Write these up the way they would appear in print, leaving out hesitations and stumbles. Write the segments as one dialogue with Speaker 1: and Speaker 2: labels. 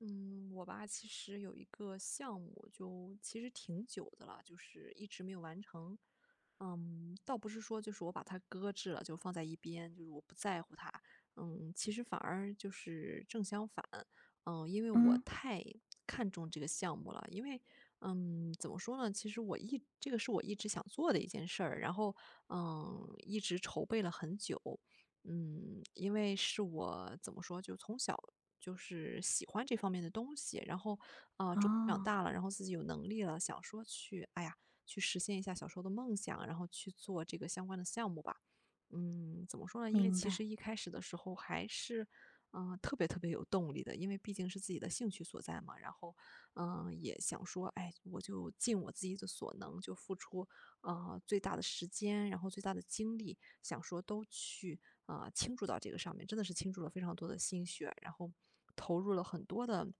Speaker 1: 嗯，我吧，其实有一个项目，就其实挺久的了，就是一直没有完成。倒不是说就是我把它搁置了，就放在一边，就是我不在乎它。其实反而就是正相反。因为我
Speaker 2: 嗯，
Speaker 1: 太看重这个项目了，因为怎么说呢？其实这个是我一直想做的一件事儿，然后一直筹备了很久。因为是我怎么说，就从小就是喜欢这方面的东西，然后终于长
Speaker 2: 哦，
Speaker 1: 大了，然后自己有能力了，想说去，哎呀，去实现一下小时候的梦想，然后去做这个相关的项目吧。怎么说呢？因为
Speaker 2: 明
Speaker 1: 其
Speaker 2: 白，
Speaker 1: 实一开始的时候还是，特别特别有动力的，因为毕竟是自己的兴趣所在嘛。然后，也想说，哎，我就尽我自己的所能，就付出，最大的时间，然后最大的精力，想说都去倾注到这个上面，真的是倾注了非常多的心血，然后投入了很多的，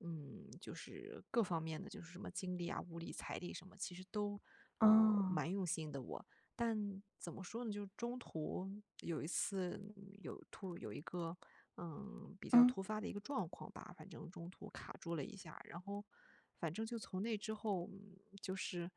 Speaker 1: 就是各方面的，就是什么精力啊、物力、财力什么，其实都
Speaker 2: 哦，
Speaker 1: 蛮用心的我。但怎么说呢，就是中途有一次有一个，比较
Speaker 2: 嗯，
Speaker 1: 突发的一个状况吧，反正中途卡住了一下，然后反正就从那之后，就是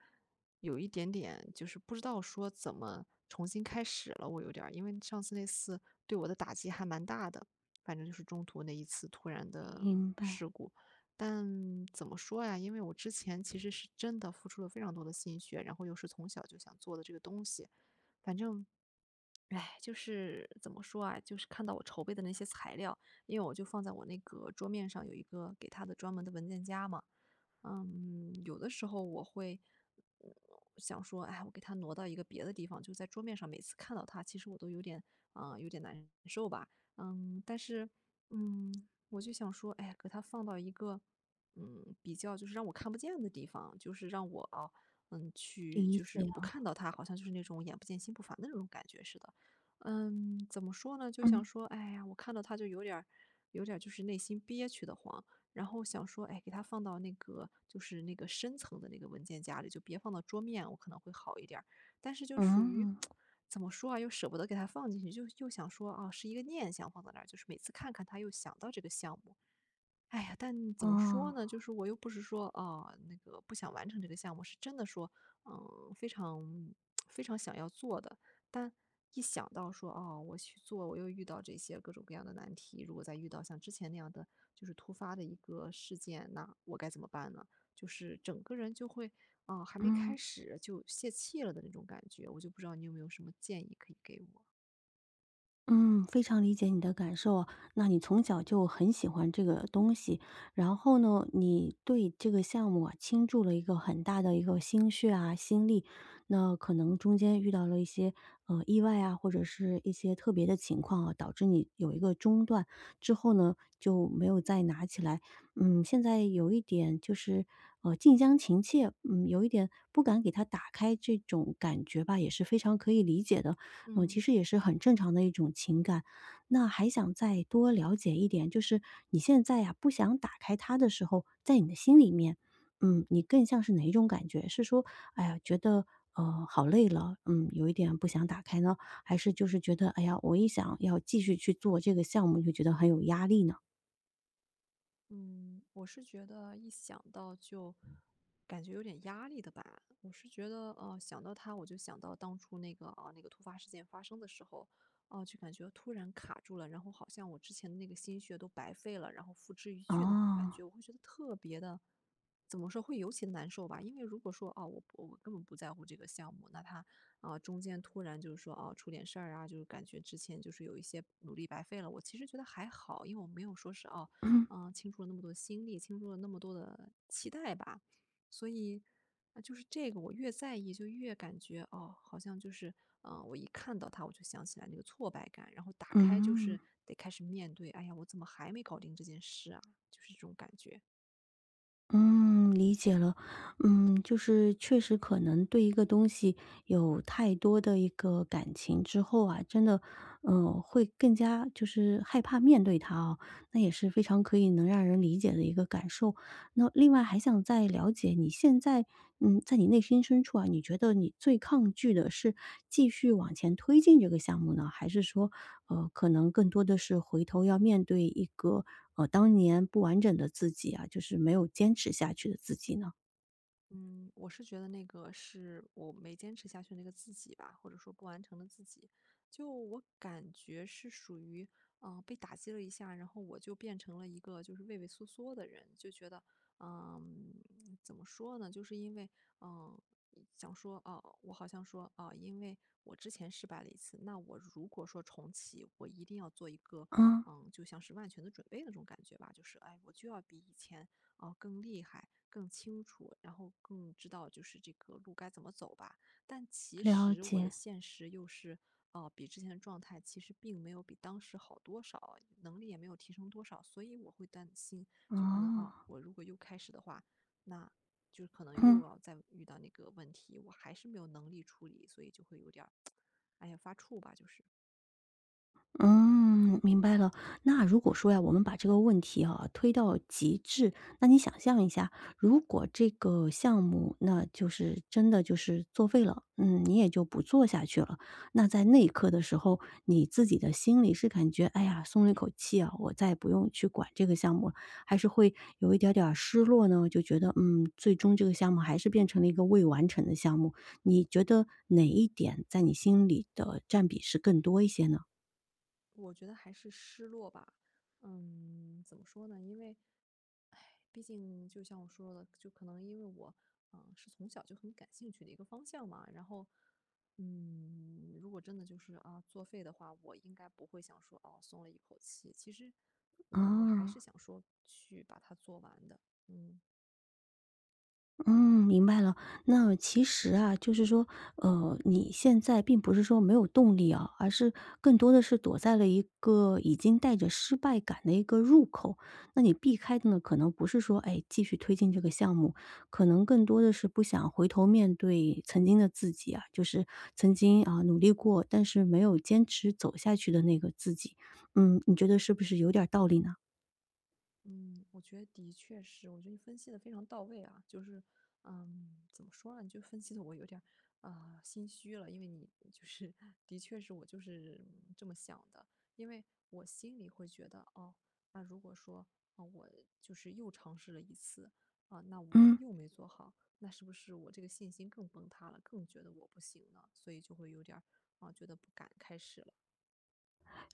Speaker 1: 有一点点就是不知道说怎么重新开始了，我有点儿，因为上次那次对我的打击还蛮大的，反正就是中途那一次突然的
Speaker 2: 明白，
Speaker 1: 事故。但怎么说呀？因为我之前其实是真的付出了非常多的心血，然后又是从小就想做的这个东西，反正，哎，就是怎么说啊，就是看到我筹备的那些材料，因为我就放在我那个桌面上有一个给他的专门的文件夹嘛。有的时候我会嗯想说，哎，我给它挪到一个别的地方，就在桌面上。每次看到它，其实我都有点难受吧。但是嗯，我就想说，哎，给它放到一个比较就是让我看不见的地方，就是让我去
Speaker 2: 理
Speaker 1: 就是
Speaker 2: 解了，
Speaker 1: 不看到他，好像就是那种眼不见心不烦的那种感觉似的。怎么说呢？就想
Speaker 2: 嗯，
Speaker 1: 说，哎呀，我看到他就有点儿就是内心憋屈的慌，然后想说，哎，给他放到那个就是那个深层的那个文件夹里，就别放到桌面，我可能会好一点儿。但是就属于
Speaker 2: 嗯，
Speaker 1: 怎么说啊，又舍不得给他放进去，就又想说啊，是一个念想放在那儿，就是每次看看他，又想到这个项目。哎呀，但怎么说
Speaker 2: 哦，
Speaker 1: 呢？就是我又不是说啊，那个不想完成这个项目，是真的说，非常非常想要做的。但一想到说，哦，我去做，我又遇到这些各种各样的难题，如果再遇到像之前那样的就是突发的一个事件，那我该怎么办呢？就是整个人就会还没开
Speaker 2: 嗯。
Speaker 1: 始就泄气了的那种感觉。我就不知道你有没有什么建议可以给我？
Speaker 2: 嗯，非常理解你的感受啊。那你从小就很喜欢这个东西，然后呢，你对这个项目啊倾注了一个很大的一个心血啊、心力。那可能中间遇到了一些意外啊，或者是一些特别的情况啊，导致你有一个中断之后呢，就没有再拿起来。嗯，现在有一点就是近乡情怯，嗯，有一点不敢给它打开这种感觉吧，也是非常可以理解的。嗯，其
Speaker 1: 嗯
Speaker 2: 实也是很正常的一种情感。那还想再多了解一点，就是你现在呀，不想打开它的时候，在你的心里面，嗯，你更像是哪一种感觉？是说，哎呀，觉得好累了，嗯，有一点不想打开呢，还是就是觉得，哎呀，我一想要继续去做这个项目，就觉得很有压力呢？
Speaker 1: 嗯，我是觉得一想到就感觉有点压力的吧。我是觉得，想到他，我就想到当初那个突发事件发生的时候，就感觉突然卡住了，然后好像我之前的那个心血都白费了，然后付之一炬的感
Speaker 2: 哦，
Speaker 1: 觉，我会觉得特别的，怎么说会尤其难受吧？因为如果说啊，我根本不在乎这个项目，那他中间突然就是说啊出点事儿啊，就是感觉之前就是有一些努力白费了。我其实觉得还好，因为我没有说是啊。倾注了那么多心力，倾注了那么多的期待吧。所以，就是这个我越在意，就越感觉哦，好像就是，我一看到他，我就想起来那个挫败感，然后打开就
Speaker 2: 嗯。
Speaker 1: 是得开始面对，哎呀，我怎么还没搞定这件事啊？就是这种感觉。
Speaker 2: 嗯，理解了。嗯，就是确实可能对一个东西有太多的一个感情之后啊，真的，嗯、会更加就是害怕面对它哦。那也是非常可以能让人理解的一个感受。那另外还想再了解你现在，嗯，在你内心深处啊，你觉得你最抗拒的是继续往前推进这个项目呢，还是说，可能更多的是回头要面对一个，当年不完整的自己啊，就是没有坚持下去的自己呢？
Speaker 1: 嗯，我是觉得那个是我没坚持下去的那个自己吧，或者说不完成的自己，就我感觉是属于，被打击了一下，然后我就变成了一个就是畏畏缩缩的人，就觉得，嗯、怎么说呢？就是因为，嗯、想说，哦、我好像说，因为我之前失败了一次，那我如果说重启，我一定要做一个，
Speaker 2: 嗯，
Speaker 1: 就像是万全的准备那种感觉吧，就是，哎，我就要比以前。更厉害、更清楚，然后更知道就是这个路该怎么走吧。但其
Speaker 2: 了
Speaker 1: 实我的
Speaker 2: 解，
Speaker 1: 现实又是，比之前的状态其实并没有比当时好多少，能力也没有提升多少，所以我会担心，就可能
Speaker 2: 哦，
Speaker 1: 啊，我如果又开始的话，那就是可能又
Speaker 2: 嗯。
Speaker 1: 要再遇到那个问题，我还是没有能力处理，所以就会有点儿，哎呀，发怵吧，就是。
Speaker 2: 嗯，明白了。那如果说呀，我们把这个问题啊推到极致，那你想象一下，如果这个项目那就是真的就是作废了，嗯，你也就不做下去了。那在那一刻的时候，你自己的心里是感觉，哎呀，松了一口气啊，我再也不用去管这个项目了，还是会有一点点儿失落呢？就觉得，嗯，最终这个项目还是变成了一个未完成的项目。你觉得哪一点在你心里的占比是更多一些呢？
Speaker 1: 我觉得还是失落吧。怎么说呢？因为，唉，毕竟就像我说的，就可能因为我，是从小就很感兴趣的一个方向嘛。然后，如果真的就是啊作废的话，我应该不会想说哦松了一口气。其实我还
Speaker 2: 哦，
Speaker 1: 是想说去把它做完的。嗯
Speaker 2: 嗯，明白了。那其实啊，就是说，你现在并不是说没有动力啊，而是更多的是躲在了一个已经带着失败感的一个入口。那你避开的呢，可能不是说，哎，继续推进这个项目，可能更多的是不想回头面对曾经的自己啊，就是曾经啊努力过，但是没有坚持走下去的那个自己。嗯，你觉得是不是有点儿道理呢？
Speaker 1: 嗯，我觉得的确是，我觉得你分析的非常到位啊，就是，怎么说呢，你就分析的我有点儿，心虚了，因为你就是 的确是我就是这么想的，因为我心里会觉得，哦，那如果说，我就是又尝试了一次，那我
Speaker 2: 嗯。
Speaker 1: 又没做好，那是不是我这个信心更崩塌了，更觉得我不行了？所以就会有点儿，觉得不敢开始了。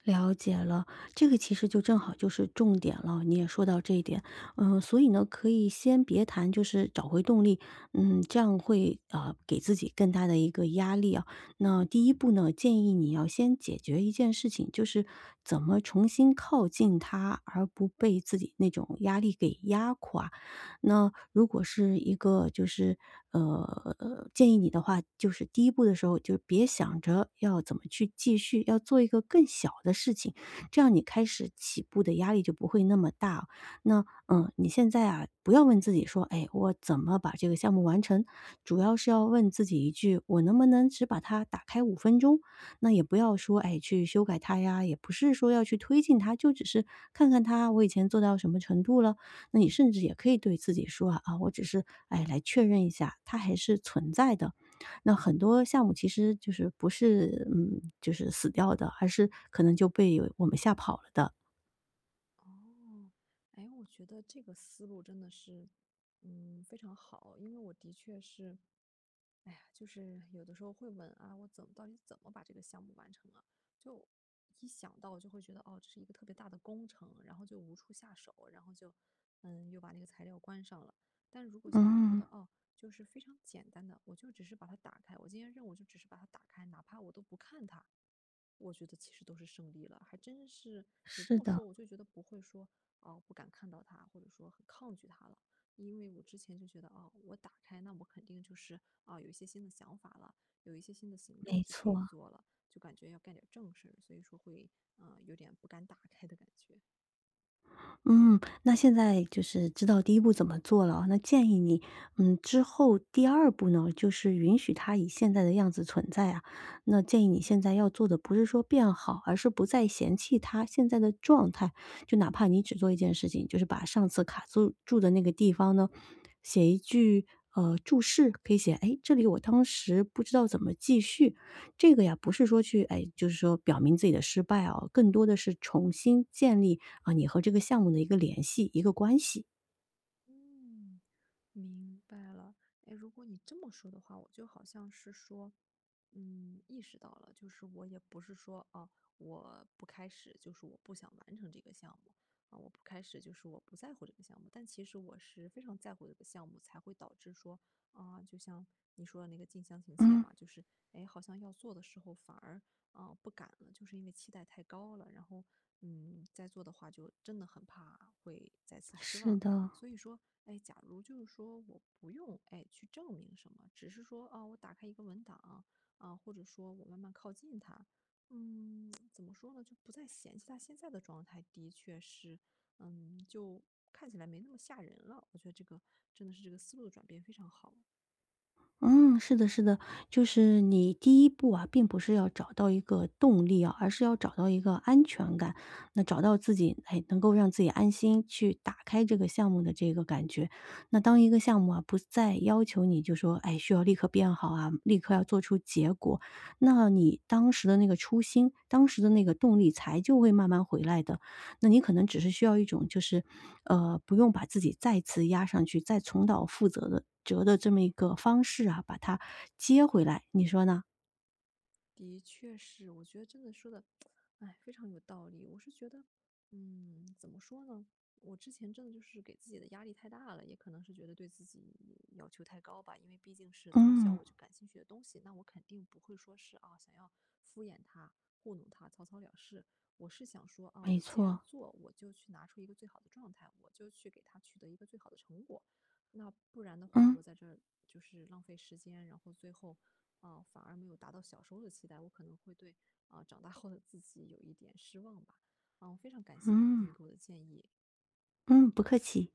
Speaker 2: 了解了，这个其实就正好就是重点了，你也说到这一点。嗯，所以呢，可以先别谈，就是找回动力，嗯，这样会，给自己更大的一个压力啊。那第一步呢，建议你要先解决一件事情，就是怎么重新靠近他，而不被自己那种压力给压垮。那如果是一个就是，呃，建议你的话，就是第一步的时候就别想着要怎么去继续，要做一个更小的事情，这样你开始起步的压力就不会那么大哦。那，嗯，你现在啊，不要问自己说，哎，我怎么把这个项目完成？主要是要问自己一句，我能不能只把它打开5分钟？那也不要说，哎，去修改它呀，也不是说要去推进它，就只是看看它我以前做到什么程度了，那你甚至也可以对自己说啊，啊，我只是哎来确认一下，它还是存在的。那很多项目其实就是不是嗯，就是死掉的，而是可能就被我们吓跑了的。
Speaker 1: 哦，哎，我觉得这个思路真的是，非常好，因为我的确是，哎呀，就是有的时候会问啊，我怎么到底怎么把这个项目完成啊？就一想到就会觉得，哦，这是一个特别大的工程，然后就无处下手，然后就，又把那个材料关上了。但如果像你说
Speaker 2: 嗯，
Speaker 1: 的，哦，就是非常简单的，我就只是把它打开。我今天任务就只是把它打开，哪怕我都不看它，我觉得其实都是胜利了。还真是你这
Speaker 2: 是
Speaker 1: 么
Speaker 2: 的，
Speaker 1: 说，我就觉得不会说哦不敢看到它，或者说很抗拒它了。因为我之前就觉得哦，我打开那我肯定就是有一些新的想法了，有一些新的行
Speaker 2: 没
Speaker 1: 动就可
Speaker 2: 错。
Speaker 1: 以做了，就感觉要干点正事儿，所以说会有点不敢打开的感觉。
Speaker 2: 嗯，那现在就是知道第一步怎么做了啊，那建议你，嗯，之后第二步呢，就是允许他以现在的样子存在啊。那建议你现在要做的不是说变好，而是不再嫌弃他现在的状态。就哪怕你只做一件事情，就是把上次卡住的那个地方呢，写一句注释，可以写，哎，这里我当时不知道怎么继续。这个呀，不是说去哎，就是说表明自己的失败啊，更多的是重新建立啊，你和这个项目的一个联系、一个关系。
Speaker 1: 嗯，明白了，哎，如果你这么说的话，我就好像是说，意识到了，就是我也不是说啊，我不开始，就是我不想完成这个项目我不开始，就是我不在乎这个项目。但其实我是非常在乎这个项目，才会导致说就像你说的那个近乡情怯
Speaker 2: 嗯，
Speaker 1: 嘛，就是哎，好像要做的时候反而不敢了，就是因为期待太高了，然后再做的话就真的很怕会再次失
Speaker 2: 是
Speaker 1: 望。
Speaker 2: 的，
Speaker 1: 所以说，哎，假如就是说我不用哎去证明什么，只是说啊，我打开一个文档啊，或者说我慢慢靠近它，怎么说呢，就不再嫌弃它现在的状态，的确是，就看起来没那么吓人了。我觉得这个真的是这个思路的转变非常好。
Speaker 2: 是的，就是你第一步啊，并不是要找到一个动力啊，而是要找到一个安全感，那找到自己，哎，能够让自己安心去打开这个项目的这个感觉。那当一个项目啊，不再要求你就说，哎，需要立刻变好啊，立刻要做出结果，那你当时的那个初心，当时的那个动力才就会慢慢回来的。那你可能只是需要一种就是，不用把自己再次压上去，再重蹈覆辙的这么一个方式啊，把它接回来，你说呢？
Speaker 1: 的确是，我觉得真的说的，哎，非常有道理。我是觉得，怎么说呢？我之前真的就是给自己的压力太大了，也可能是觉得对自己要求太高吧。因为毕竟是从小
Speaker 2: 嗯，
Speaker 1: 我就感兴趣的东西，那我肯定不会说是啊，想要敷衍他、糊弄他、草草了事。我是想说啊，
Speaker 2: 没
Speaker 1: 我既然
Speaker 2: 错，
Speaker 1: 做，我就去拿出一个最好的状态，我就去给他取得一个最好的成果。那不然的话，
Speaker 2: 嗯，
Speaker 1: 我在这儿就是浪费时间，然后最后反而没有达到小时候的期待，我可能会对长大后的自己有一点失望吧。我非常感谢
Speaker 2: 嗯，
Speaker 1: 你给我的建议。
Speaker 2: 嗯，不客气。